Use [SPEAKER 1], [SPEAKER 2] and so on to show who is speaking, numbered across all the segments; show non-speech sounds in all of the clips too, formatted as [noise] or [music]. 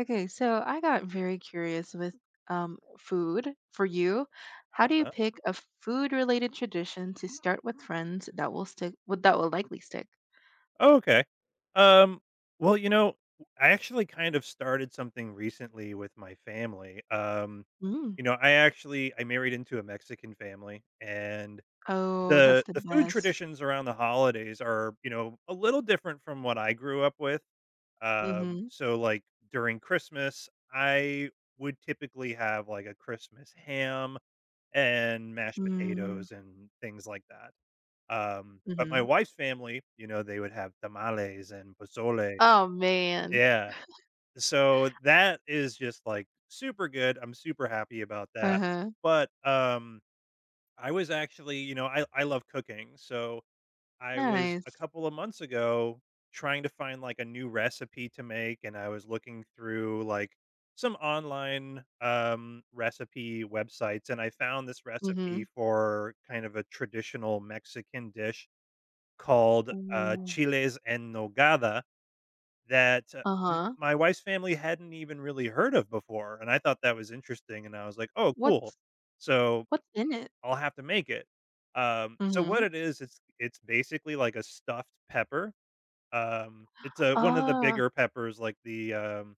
[SPEAKER 1] Okay, so I got very curious with food. For you, how do you
[SPEAKER 2] Uh,
[SPEAKER 1] pick a food-related tradition to start with friends that will stick, would that will likely stick?
[SPEAKER 2] oh, okay. Um, well, you know, I actually kind of started something recently with my family.
[SPEAKER 1] Mm.
[SPEAKER 2] I actually I married into a Mexican family, and
[SPEAKER 1] Oh, that's
[SPEAKER 2] the
[SPEAKER 1] the
[SPEAKER 2] the food
[SPEAKER 1] best.
[SPEAKER 2] traditions around the holidays are a little different from what I grew up with. Um,
[SPEAKER 1] Mm-hmm.
[SPEAKER 2] so like During Christmas, I would typically have like a Christmas ham and mashed
[SPEAKER 1] Mm.
[SPEAKER 2] potatoes and things like that. But my
[SPEAKER 1] Mm-hmm.
[SPEAKER 2] wife's family, they would have tamales and pozole.
[SPEAKER 1] Oh, man.
[SPEAKER 2] Yeah. So that is just like super good. I'm super happy about that.
[SPEAKER 1] Uh-huh.
[SPEAKER 2] But I was actually, you know, I love cooking. So I was a
[SPEAKER 1] Nice.
[SPEAKER 2] couple of months ago trying to find like a new recipe to make, and I was looking through like some online recipe websites, and I found this
[SPEAKER 1] Mm-hmm.
[SPEAKER 2] recipe for kind of a traditional Mexican dish called,
[SPEAKER 1] Ooh.
[SPEAKER 2] chiles en nogada that, m
[SPEAKER 1] Uh-huh.
[SPEAKER 2] my wife's family hadn't even really heard of before, and I thought that was interesting, and I was like, "Oh, cool.
[SPEAKER 1] What's
[SPEAKER 2] So,
[SPEAKER 1] what's in it?
[SPEAKER 2] I'll have to make it." So
[SPEAKER 1] Mm-hmm.
[SPEAKER 2] what it is, it's basically like a stuffed pepper. It's, a one of the
[SPEAKER 1] Ah.
[SPEAKER 2] bigger peppers, like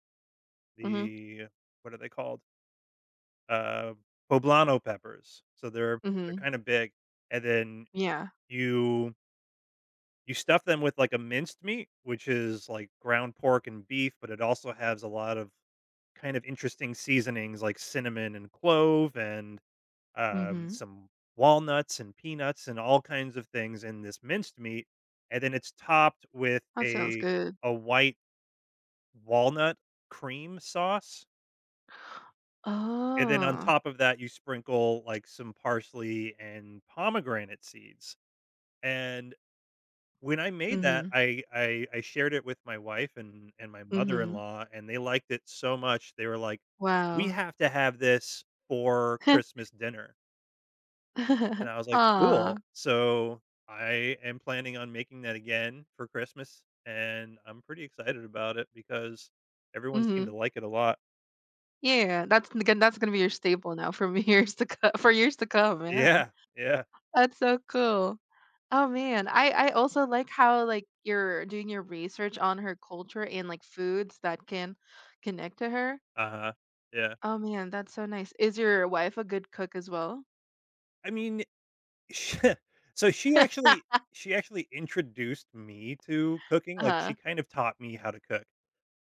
[SPEAKER 1] Mm-hmm.
[SPEAKER 2] the what are they called? Uh, Poblano peppers. So they're
[SPEAKER 1] Mm-hmm.
[SPEAKER 2] kinda big, and then
[SPEAKER 1] Yeah.
[SPEAKER 2] you you stuff them with, like, a minced meat, which is, like, ground pork and beef, but it also has a lot of kind of interesting seasonings like cinnamon and clove and,
[SPEAKER 1] Mm-hmm.
[SPEAKER 2] some walnuts and peanuts and all kinds of things in this minced meat, and then it's topped with
[SPEAKER 1] That sounds good.
[SPEAKER 2] a white walnut cream sauce, and then on
[SPEAKER 1] Oh.
[SPEAKER 2] top of that, you sprinkle, like, some parsley and pomegranate seeds, and when I made that,
[SPEAKER 1] Mm-hmm.
[SPEAKER 2] I shared it with my wife and my
[SPEAKER 1] Mm-hmm.
[SPEAKER 2] mother-in-law, and they liked it so much, they were like, "We
[SPEAKER 1] Wow.
[SPEAKER 2] have to have this for Christmas dinner." And
[SPEAKER 1] [laughs]
[SPEAKER 2] I was like,
[SPEAKER 1] Ah.
[SPEAKER 2] "Cool." So, I am planning on making that again for Christmas, and I'm pretty excited about it because everyone seemed
[SPEAKER 1] Mhm.
[SPEAKER 2] to like it a lot.
[SPEAKER 1] Yeah, that's gonna be your staple now from [laughs] years to co for years to come, yeah.
[SPEAKER 2] Yeah, yeah,
[SPEAKER 1] That's so cool. Oh, man, I also like how, like, you're doing your research on her culture and, like, foods that can connect to her.
[SPEAKER 2] uh-huh, yeah.
[SPEAKER 1] Oh, man, that's so nice. Is your wife a good cook as well?
[SPEAKER 2] I mean, [laughs] so she actually
[SPEAKER 1] [laughs]
[SPEAKER 2] she actually introduced me to cooking, like, she
[SPEAKER 1] Uh-huh.
[SPEAKER 2] kind of taught me how to cook.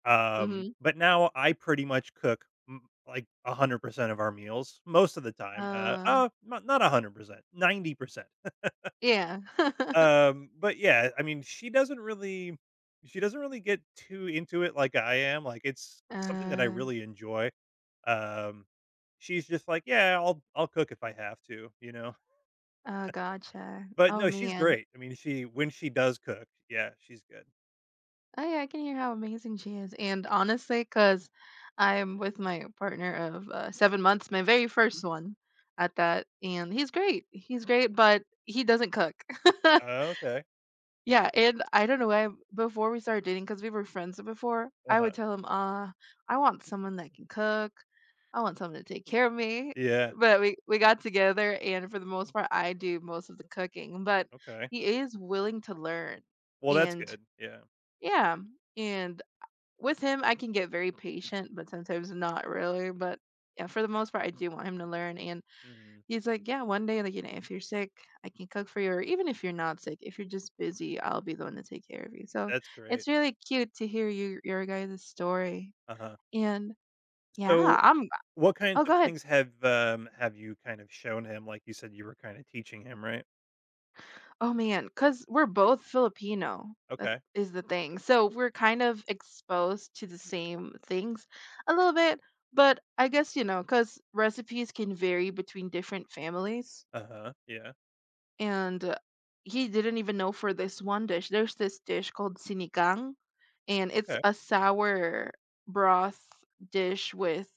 [SPEAKER 1] Mhm.
[SPEAKER 2] But now I pretty much cook, m like, 100% of our meals most of the time,
[SPEAKER 1] Uh,
[SPEAKER 2] not 100%, 90%.
[SPEAKER 1] yeah. [laughs]
[SPEAKER 2] But yeah, I mean, she doesn't really get too into it like I am, like, it's something that I
[SPEAKER 1] Uh,
[SPEAKER 2] really enjoy. Um, she's just like, "Yeah, I'll cook if I have to," you know?
[SPEAKER 1] oh, gotcha.
[SPEAKER 2] But
[SPEAKER 1] Oh,
[SPEAKER 2] no, she's
[SPEAKER 1] man.
[SPEAKER 2] great. I mean, she when she does cook, yeah, she's good.
[SPEAKER 1] Oh, yeah, I can hear how amazing she is. And honestly, because I'm with my partner of seven months, my very first one at that, and he's great. He's great, but he doesn't cook. [laughs]
[SPEAKER 2] Oh, okay.
[SPEAKER 1] Yeah, and I don't know why. Before we started dating, because we were friends before, I would
[SPEAKER 2] Uh-huh.
[SPEAKER 1] tell him, I want someone that can cook. I want someone to take care of me."
[SPEAKER 2] Yeah,
[SPEAKER 1] But we got together, and for the most part, I do most of the cooking. But
[SPEAKER 2] okay.
[SPEAKER 1] he is willing to learn,
[SPEAKER 2] Well, that's
[SPEAKER 1] and
[SPEAKER 2] good. Yeah.
[SPEAKER 1] yeah. And with him, I can get very patient, but sometimes not really, but yeah, for the most part, I do want him to learn, and
[SPEAKER 2] Mhm.
[SPEAKER 1] he's like, "Yeah, one day, like, you know, if you're sick, I can cook for you, or even if you're not sick, if you're just busy, I'll be the one to take care of you." So,
[SPEAKER 2] That's great.
[SPEAKER 1] it's really cute to hear your guys' story,
[SPEAKER 2] Uh-huh.
[SPEAKER 1] and yeah,
[SPEAKER 2] So,
[SPEAKER 1] I'm
[SPEAKER 2] what kinds
[SPEAKER 1] Oh,
[SPEAKER 2] of
[SPEAKER 1] go ahead.
[SPEAKER 2] things have you kind of shown him? Like you said, you were kinda teaching him, right?
[SPEAKER 1] Oh, man, because 'cause we're both Filipino, that
[SPEAKER 2] Okay.
[SPEAKER 1] is the thing. So we're kind of exposed to the same things a little bit, but I guess, you know, cause recipes can vary between different families,
[SPEAKER 2] Uh-huh. Yeah.
[SPEAKER 1] and, he didn't even know for this one dish. There's this dish called sinigang, and it's
[SPEAKER 2] Okay.
[SPEAKER 1] a sour broth dish with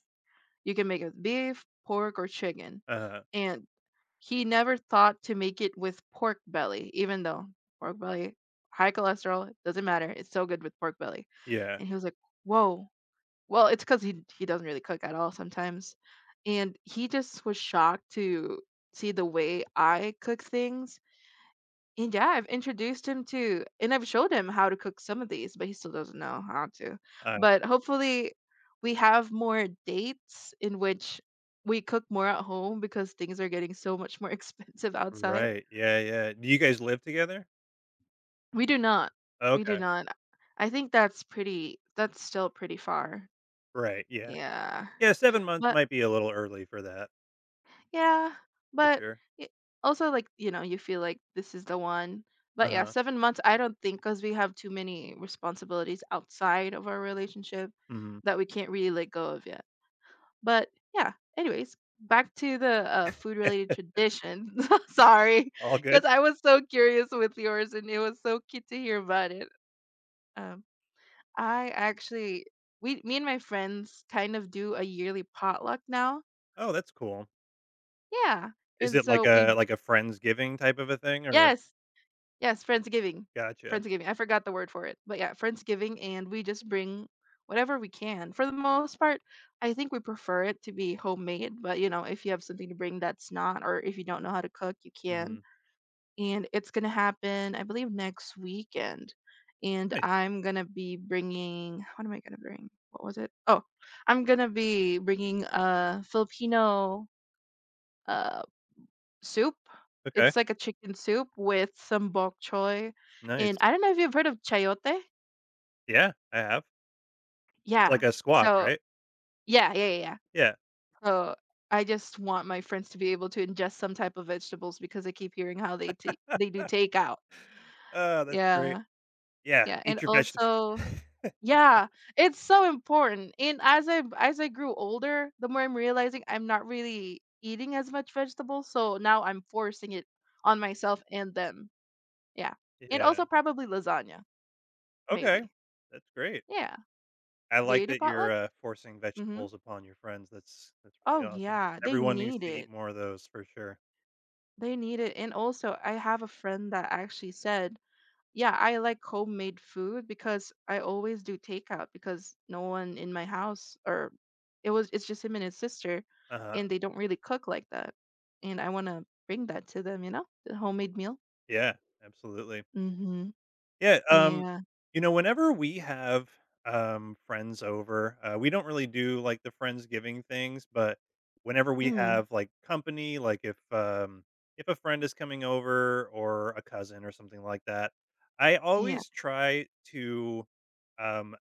[SPEAKER 1] you can make it with beef, pork, or chicken.
[SPEAKER 2] Uh-huh.
[SPEAKER 1] And he never thought to make it with pork belly, even though pork belly, high cholesterol, it doesn't matter. It's so good with pork belly.
[SPEAKER 2] Yeah.
[SPEAKER 1] And he was like, whoa. Well, it's because he doesn't really cook at all sometimes. And he just was shocked to see the way I cook things, and yeah, I've introduced him to and I've showed him how to cook some of these, but he still doesn't know how to.
[SPEAKER 2] Uh,
[SPEAKER 1] But hopefully we have more dates in which we cook more at home because things are getting so much more [laughs] expensive outside.
[SPEAKER 2] right. Yeah, yeah. Do you guys live together?
[SPEAKER 1] We do not. We do
[SPEAKER 2] Okay.
[SPEAKER 1] not. I think that's pretty that's still pretty far.
[SPEAKER 2] Right. Yeah.
[SPEAKER 1] Yeah.
[SPEAKER 2] Yeah, 7 months
[SPEAKER 1] But
[SPEAKER 2] might be a little early for that,
[SPEAKER 1] yeah,
[SPEAKER 2] for
[SPEAKER 1] but
[SPEAKER 2] sure.
[SPEAKER 1] it, also like you know you feel like this is the one. But yeah,
[SPEAKER 2] Uh-huh.
[SPEAKER 1] seven months I don't think because we have too many responsibilities outside of our relationship
[SPEAKER 2] Mhm.
[SPEAKER 1] that we can't really let go of yet. But yeah, anyways, back to the food related traditions. [laughs] Sorry,
[SPEAKER 2] All good?
[SPEAKER 1] because I was so curious with yours and it was so cute to hear about it. Um, I actually we me and my friends kind of do a yearly potluck now.
[SPEAKER 2] Oh, that's cool.
[SPEAKER 1] Yeah,
[SPEAKER 2] Is
[SPEAKER 1] and
[SPEAKER 2] it like
[SPEAKER 1] so we
[SPEAKER 2] a friendsgiving type of a thing or
[SPEAKER 1] yes Yes, Friendsgiving.
[SPEAKER 2] gotcha.
[SPEAKER 1] Friendsgiving. I forgot the word for it. But yeah, Friendsgiving, and we just bring whatever we can. For the most part, I think we prefer it to be homemade, but you know, if you have something to bring that's not or if you don't know how to cook, you can.
[SPEAKER 2] Mhm.
[SPEAKER 1] And it's going to happen, I believe, next weekend. And
[SPEAKER 2] Nice.
[SPEAKER 1] I'm going to be bringing what am I going to bring? What was it? Oh, I'm going to be bringing a Filipino uh soup.
[SPEAKER 2] Okay.
[SPEAKER 1] It's like a chicken soup with some bok choy,
[SPEAKER 2] Nice.
[SPEAKER 1] and I don't know if you've heard of chayote?
[SPEAKER 2] Yeah, I have. It's
[SPEAKER 1] Yeah.
[SPEAKER 2] like a squash,
[SPEAKER 1] So
[SPEAKER 2] right?
[SPEAKER 1] yeah.
[SPEAKER 2] Yeah.
[SPEAKER 1] So I just want my friends to be able to ingest some type of vegetables because I keep hearing how they do takeout.
[SPEAKER 2] Oh, that's great.
[SPEAKER 1] Yeah.
[SPEAKER 2] Yeah,
[SPEAKER 1] Yeah, and
[SPEAKER 2] eat your vegetables.
[SPEAKER 1] also
[SPEAKER 2] [laughs]
[SPEAKER 1] yeah, it's so important. And as I grew older, the more I'm realizing I'm not really eating as much vegetables, so now I'm forcing it on myself and them. Yeah. And
[SPEAKER 2] Yeah,
[SPEAKER 1] also probably lasagna.
[SPEAKER 2] okay,
[SPEAKER 1] Maybe.
[SPEAKER 2] that's great.
[SPEAKER 1] Yeah.
[SPEAKER 2] I
[SPEAKER 1] Do
[SPEAKER 2] like
[SPEAKER 1] you do
[SPEAKER 2] that you're,
[SPEAKER 1] potlucks?
[SPEAKER 2] forcing
[SPEAKER 1] Mhm.
[SPEAKER 2] vegetables upon your friends, that's
[SPEAKER 1] Oh,
[SPEAKER 2] really awesome.
[SPEAKER 1] yeah, they
[SPEAKER 2] Everyone needs
[SPEAKER 1] need
[SPEAKER 2] to eat
[SPEAKER 1] it.
[SPEAKER 2] more of those for sure.
[SPEAKER 1] They need it, and also, I have a friend that actually said, "Yeah, I like homemade food because I always do takeout because no one in my house or it was it's just him and his sister,
[SPEAKER 2] Uh-huh,
[SPEAKER 1] and they don't really cook like that, and I wanna bring that to them, you know, the homemade meal."
[SPEAKER 2] yeah, absolutely.
[SPEAKER 1] Mhm.
[SPEAKER 2] Yeah,
[SPEAKER 1] Yeah.
[SPEAKER 2] you know, whenever we have friends over, we don't really do like the friendsgiving things, but whenever we
[SPEAKER 1] Mm,
[SPEAKER 2] have like company, like if a friend is coming over or a cousin or something like that, I
[SPEAKER 1] yeah.
[SPEAKER 2] always try to um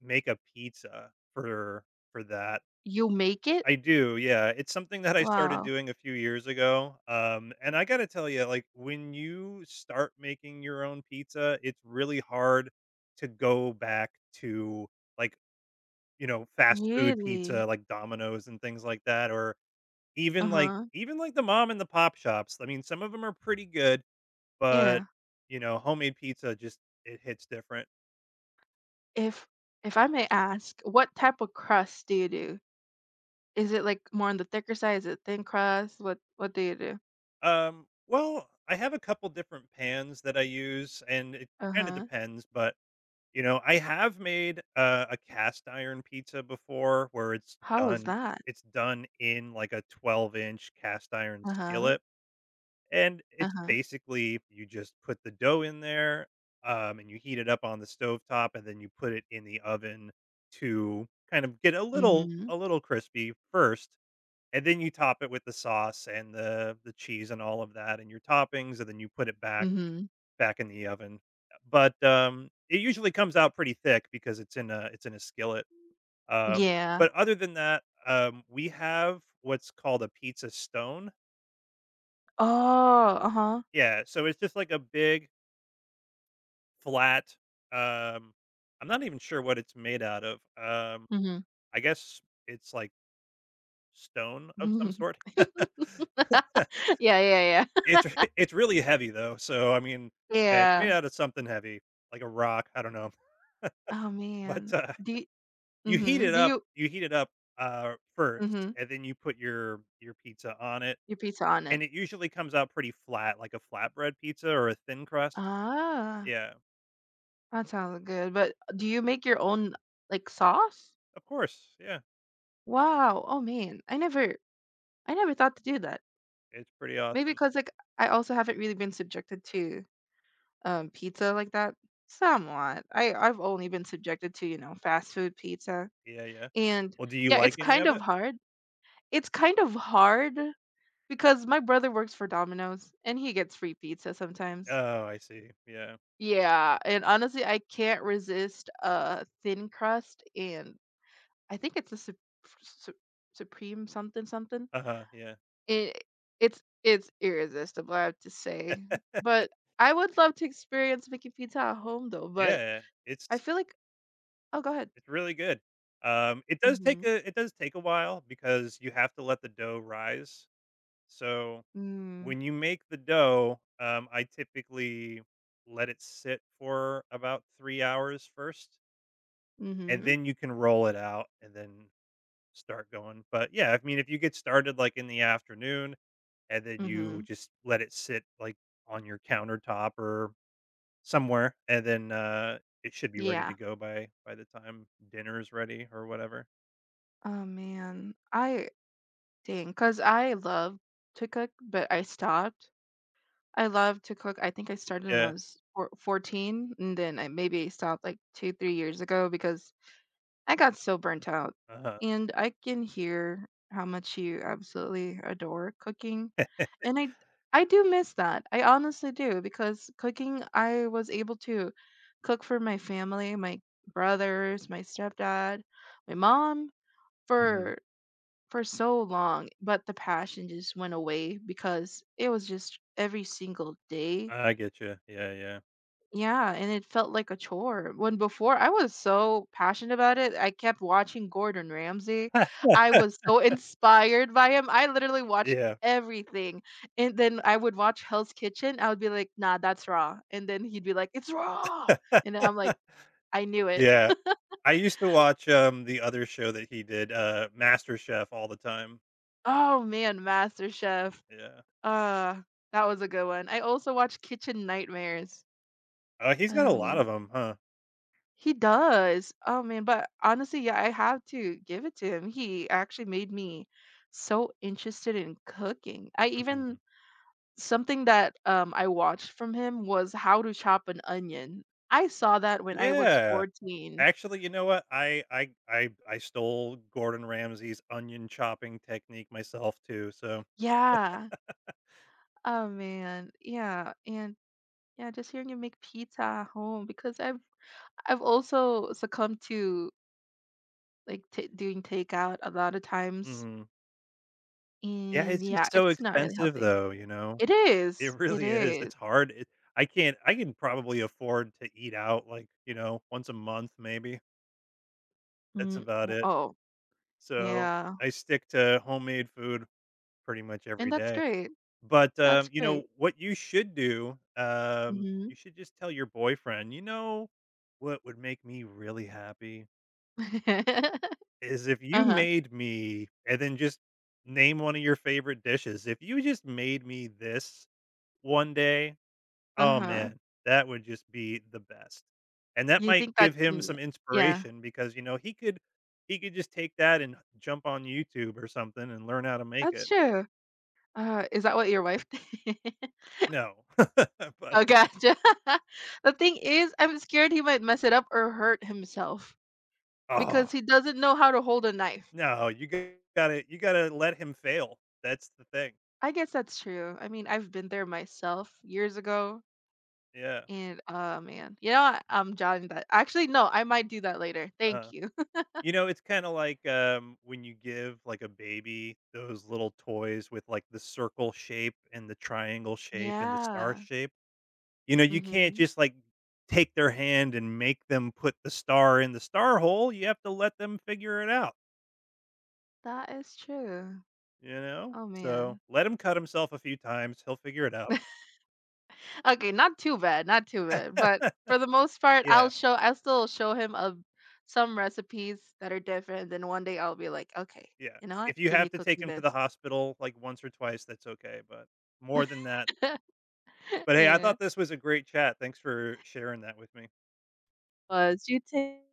[SPEAKER 2] make a pizza for that.
[SPEAKER 1] You make it?
[SPEAKER 2] I do, yeah. It's something that I started
[SPEAKER 1] Wow.
[SPEAKER 2] doing a few years ago, and I gotta tell you, like, when you start making your own pizza, it's really hard to go back to, like, you know, fast food
[SPEAKER 1] Really?
[SPEAKER 2] pizza, like Domino's and things like that, or
[SPEAKER 1] Uh-huh.
[SPEAKER 2] even like the mom and the pop shops. I mean, some of them are pretty good, but,
[SPEAKER 1] Yeah.
[SPEAKER 2] you know, homemade pizza just it hits different.
[SPEAKER 1] If I may ask, what type of crust do you do? Is it, like, more on the thicker side? Is it thin crust? What do you do?
[SPEAKER 2] Well, I have a couple different pans that I use, and it kinda
[SPEAKER 1] Uh-huh.
[SPEAKER 2] depends, but you know, I have made a cast iron pizza before where
[SPEAKER 1] How was that?
[SPEAKER 2] it's done in, like, a 12-inch cast iron
[SPEAKER 1] Uh-huh,
[SPEAKER 2] skillet, and it's
[SPEAKER 1] uh-huh.
[SPEAKER 2] basically you just put the dough in there, and you heat it up on the stove top, and then you put it in the oven to kind of get
[SPEAKER 1] Mhm,
[SPEAKER 2] a little crispy first, and then you top it with the sauce and the cheese and all of that and your toppings, and then you put it back
[SPEAKER 1] mhm.
[SPEAKER 2] in the oven. But, it usually comes out pretty thick because it's in a skillet.
[SPEAKER 1] Yeah.
[SPEAKER 2] But other than that, we have what's called a pizza stone.
[SPEAKER 1] Oh, uh-huh.
[SPEAKER 2] Yeah, so it's just like a big flat, um I'm not even sure what it's made out of.
[SPEAKER 1] Mhm.
[SPEAKER 2] I guess it's like stone of some sort. [laughs]
[SPEAKER 1] [laughs] Yeah.
[SPEAKER 2] It's really heavy though, so I mean, yeah, it's
[SPEAKER 1] Yeah.
[SPEAKER 2] made out of something heavy, like a rock, I don't know. [laughs]
[SPEAKER 1] Oh, man.
[SPEAKER 2] But, uh,
[SPEAKER 1] Do you mhm. Do you
[SPEAKER 2] You heat it up, first,
[SPEAKER 1] mhm.
[SPEAKER 2] and then you put your pizza on it,
[SPEAKER 1] Your pizza on it.
[SPEAKER 2] and it usually comes out pretty flat, like a flatbread pizza or a thin crust.
[SPEAKER 1] Ah,
[SPEAKER 2] Yeah.
[SPEAKER 1] that sounds good, but do you make your own, like, sauce?
[SPEAKER 2] Of course, yeah.
[SPEAKER 1] Wow. Oh, man. I never thought to do that.
[SPEAKER 2] It's pretty
[SPEAKER 1] Maybe
[SPEAKER 2] awesome.
[SPEAKER 1] because, like, I also haven't really been subjected to, pizza like that. Somewhat. I've only been subjected to, you know, fast food pizza,
[SPEAKER 2] Yeah, yeah.
[SPEAKER 1] and
[SPEAKER 2] Well, do you
[SPEAKER 1] yeah,
[SPEAKER 2] like
[SPEAKER 1] it's
[SPEAKER 2] any
[SPEAKER 1] kind
[SPEAKER 2] of
[SPEAKER 1] of
[SPEAKER 2] it?
[SPEAKER 1] hard. It's kind of hard because my brother works for Domino's, and he gets free pizza sometimes.
[SPEAKER 2] Oh, I see. Yeah.
[SPEAKER 1] Yeah, and honestly, I can't resist, thin crust, and I think it's a su supreme something something.
[SPEAKER 2] Uh-huh, yeah.
[SPEAKER 1] It it's irresistible, I have to say, but I would love to experience making pizza at home though, but
[SPEAKER 2] Yeah,
[SPEAKER 1] I feel like Oh, go ahead.
[SPEAKER 2] it's really good. It does take
[SPEAKER 1] Mhm.
[SPEAKER 2] a it does take a while because you have to let the dough rise, so
[SPEAKER 1] Mm.
[SPEAKER 2] when you make the dough, I typically let it sit for about 3 hours first, and
[SPEAKER 1] Mhm.
[SPEAKER 2] then you can roll it out and then start going. But, yeah, I mean, if you get started, like, in the afternoon and then you
[SPEAKER 1] Mhm.
[SPEAKER 2] just let it sit, like, on your countertop or somewhere, and then, it should be ready to
[SPEAKER 1] Yeah.
[SPEAKER 2] go by the time dinner is ready or whatever.
[SPEAKER 1] Oh, man. I dang, because I love to cook, but I stopped. I love to cook. I think I started when I
[SPEAKER 2] Yeah.
[SPEAKER 1] was four 14, and then I maybe stopped like 2, 3 years ago because I got so burnt out,
[SPEAKER 2] Uh-huh.
[SPEAKER 1] and I can hear how much you absolutely adore cooking, and I do miss that. I honestly do because cooking, I was able to cook for my family, my brothers, my stepdad, my mom
[SPEAKER 2] Mhm.
[SPEAKER 1] for for so long, but the passion just went away because it was just every single day,
[SPEAKER 2] I get you. Yeah, yeah.
[SPEAKER 1] yeah, and it felt like a chore. When before I was so passionate about it, I kept watching Gordon Ramsay. I was so [laughs] inspired by him. I literally watched
[SPEAKER 2] Yeah.
[SPEAKER 1] everything. And then I would watch Hell's Kitchen. I would be like, nah, that's raw. And then he'd be like, it's raw. And then I'm like,
[SPEAKER 2] [laughs]
[SPEAKER 1] I knew it.
[SPEAKER 2] Yeah. I used to watch, the other show that he did, Master Chef, all the time.
[SPEAKER 1] Oh man, Master Chef.
[SPEAKER 2] Yeah.
[SPEAKER 1] Uh, that was a good one. I also watched Kitchen Nightmares.
[SPEAKER 2] Oh, he's got
[SPEAKER 1] Oh,
[SPEAKER 2] a lot
[SPEAKER 1] man.
[SPEAKER 2] of them, huh?
[SPEAKER 1] He does. Oh, man, but honestly, yeah, I have to give it to him. He actually made me so interested in cooking. I even
[SPEAKER 2] Mhm.
[SPEAKER 1] something that I watched from him was how to chop an onion. I saw that when I was
[SPEAKER 2] Yeah.
[SPEAKER 1] 14.
[SPEAKER 2] Actually, you know what? I stole Gordon Ramsay's onion chopping technique myself too, so
[SPEAKER 1] Yeah. Oh, man. Yeah. And yeah, just hearing you make pizza at home because I've also succumbed to like t doing takeout a lot of times.
[SPEAKER 2] mhm. Yeah,
[SPEAKER 1] And
[SPEAKER 2] it's
[SPEAKER 1] yeah,
[SPEAKER 2] just so
[SPEAKER 1] it's not really
[SPEAKER 2] expensive
[SPEAKER 1] healthy.
[SPEAKER 2] though, you know?
[SPEAKER 1] It
[SPEAKER 2] It
[SPEAKER 1] is. It
[SPEAKER 2] really is.
[SPEAKER 1] is.
[SPEAKER 2] It's hard. It I can't I can probably afford to eat out, like, you know, once a month maybe. That's
[SPEAKER 1] Mm,
[SPEAKER 2] about
[SPEAKER 1] w
[SPEAKER 2] it.
[SPEAKER 1] oh,
[SPEAKER 2] So,
[SPEAKER 1] yeah,
[SPEAKER 2] I stick to homemade food pretty much
[SPEAKER 1] and
[SPEAKER 2] every day. But,
[SPEAKER 1] that's
[SPEAKER 2] you
[SPEAKER 1] great.
[SPEAKER 2] know, what you should do,
[SPEAKER 1] Mhm.
[SPEAKER 2] you should just tell your boyfriend, "You know what would make me really happy
[SPEAKER 1] [laughs]
[SPEAKER 2] is if you
[SPEAKER 1] Uh-huh,
[SPEAKER 2] made me," and then just name one of your favorite dishes. "If you just made me this one day, oh,
[SPEAKER 1] uh-huh.
[SPEAKER 2] man, that would just be the best." And that
[SPEAKER 1] You
[SPEAKER 2] might
[SPEAKER 1] think that
[SPEAKER 2] give him
[SPEAKER 1] mm,
[SPEAKER 2] some
[SPEAKER 1] yeah,
[SPEAKER 2] inspiration because, you know, he could just take that and jump on YouTube or something and learn how to make
[SPEAKER 1] that's
[SPEAKER 2] it.
[SPEAKER 1] true. Is that what your wife did? [laughs]
[SPEAKER 2] No, [laughs] but,
[SPEAKER 1] Oh, gotcha. [laughs] The thing is, I'm scared he might mess it up or hurt himself
[SPEAKER 2] oh,
[SPEAKER 1] because he doesn't know how to hold a knife.
[SPEAKER 2] no, you gotta let him fail. That's the thing.
[SPEAKER 1] I guess that's true. I mean, I've been there myself years ago,
[SPEAKER 2] Yeah.
[SPEAKER 1] and, oh, man. You know what? I'm jotting that actually, no, I might do that later. Thank
[SPEAKER 2] Uh,
[SPEAKER 1] you. [laughs]
[SPEAKER 2] you know, it's kinda like, when you give, like, a baby those little toys with, like, the circle shape and the triangle shape and the star
[SPEAKER 1] Yeah.
[SPEAKER 2] shape. You know, you can't
[SPEAKER 1] Mhm.
[SPEAKER 2] just, like, take their hand and make them put the star in the star hole, you have to let them figure it out,
[SPEAKER 1] That is true.
[SPEAKER 2] you know?
[SPEAKER 1] Oh,
[SPEAKER 2] So,
[SPEAKER 1] man.
[SPEAKER 2] let him cut himself a few times, he'll figure it out.
[SPEAKER 1] [laughs] Okay, not too bad, not too bad. But for
[SPEAKER 2] [laughs]
[SPEAKER 1] the most part,
[SPEAKER 2] Yeah.
[SPEAKER 1] I'll still show him a some recipes that are different. Then one day I'll be like, okay,
[SPEAKER 2] Yeah.
[SPEAKER 1] you know what?
[SPEAKER 2] If you
[SPEAKER 1] Can you
[SPEAKER 2] have to
[SPEAKER 1] cook
[SPEAKER 2] take
[SPEAKER 1] me
[SPEAKER 2] him to the
[SPEAKER 1] this?
[SPEAKER 2] hospital, like, once or twice, that's okay, but more than that,
[SPEAKER 1] [laughs]
[SPEAKER 2] but, hey, I
[SPEAKER 1] Yeah.
[SPEAKER 2] thought this was a great chat. Thanks for sharing that with me.
[SPEAKER 1] Was you take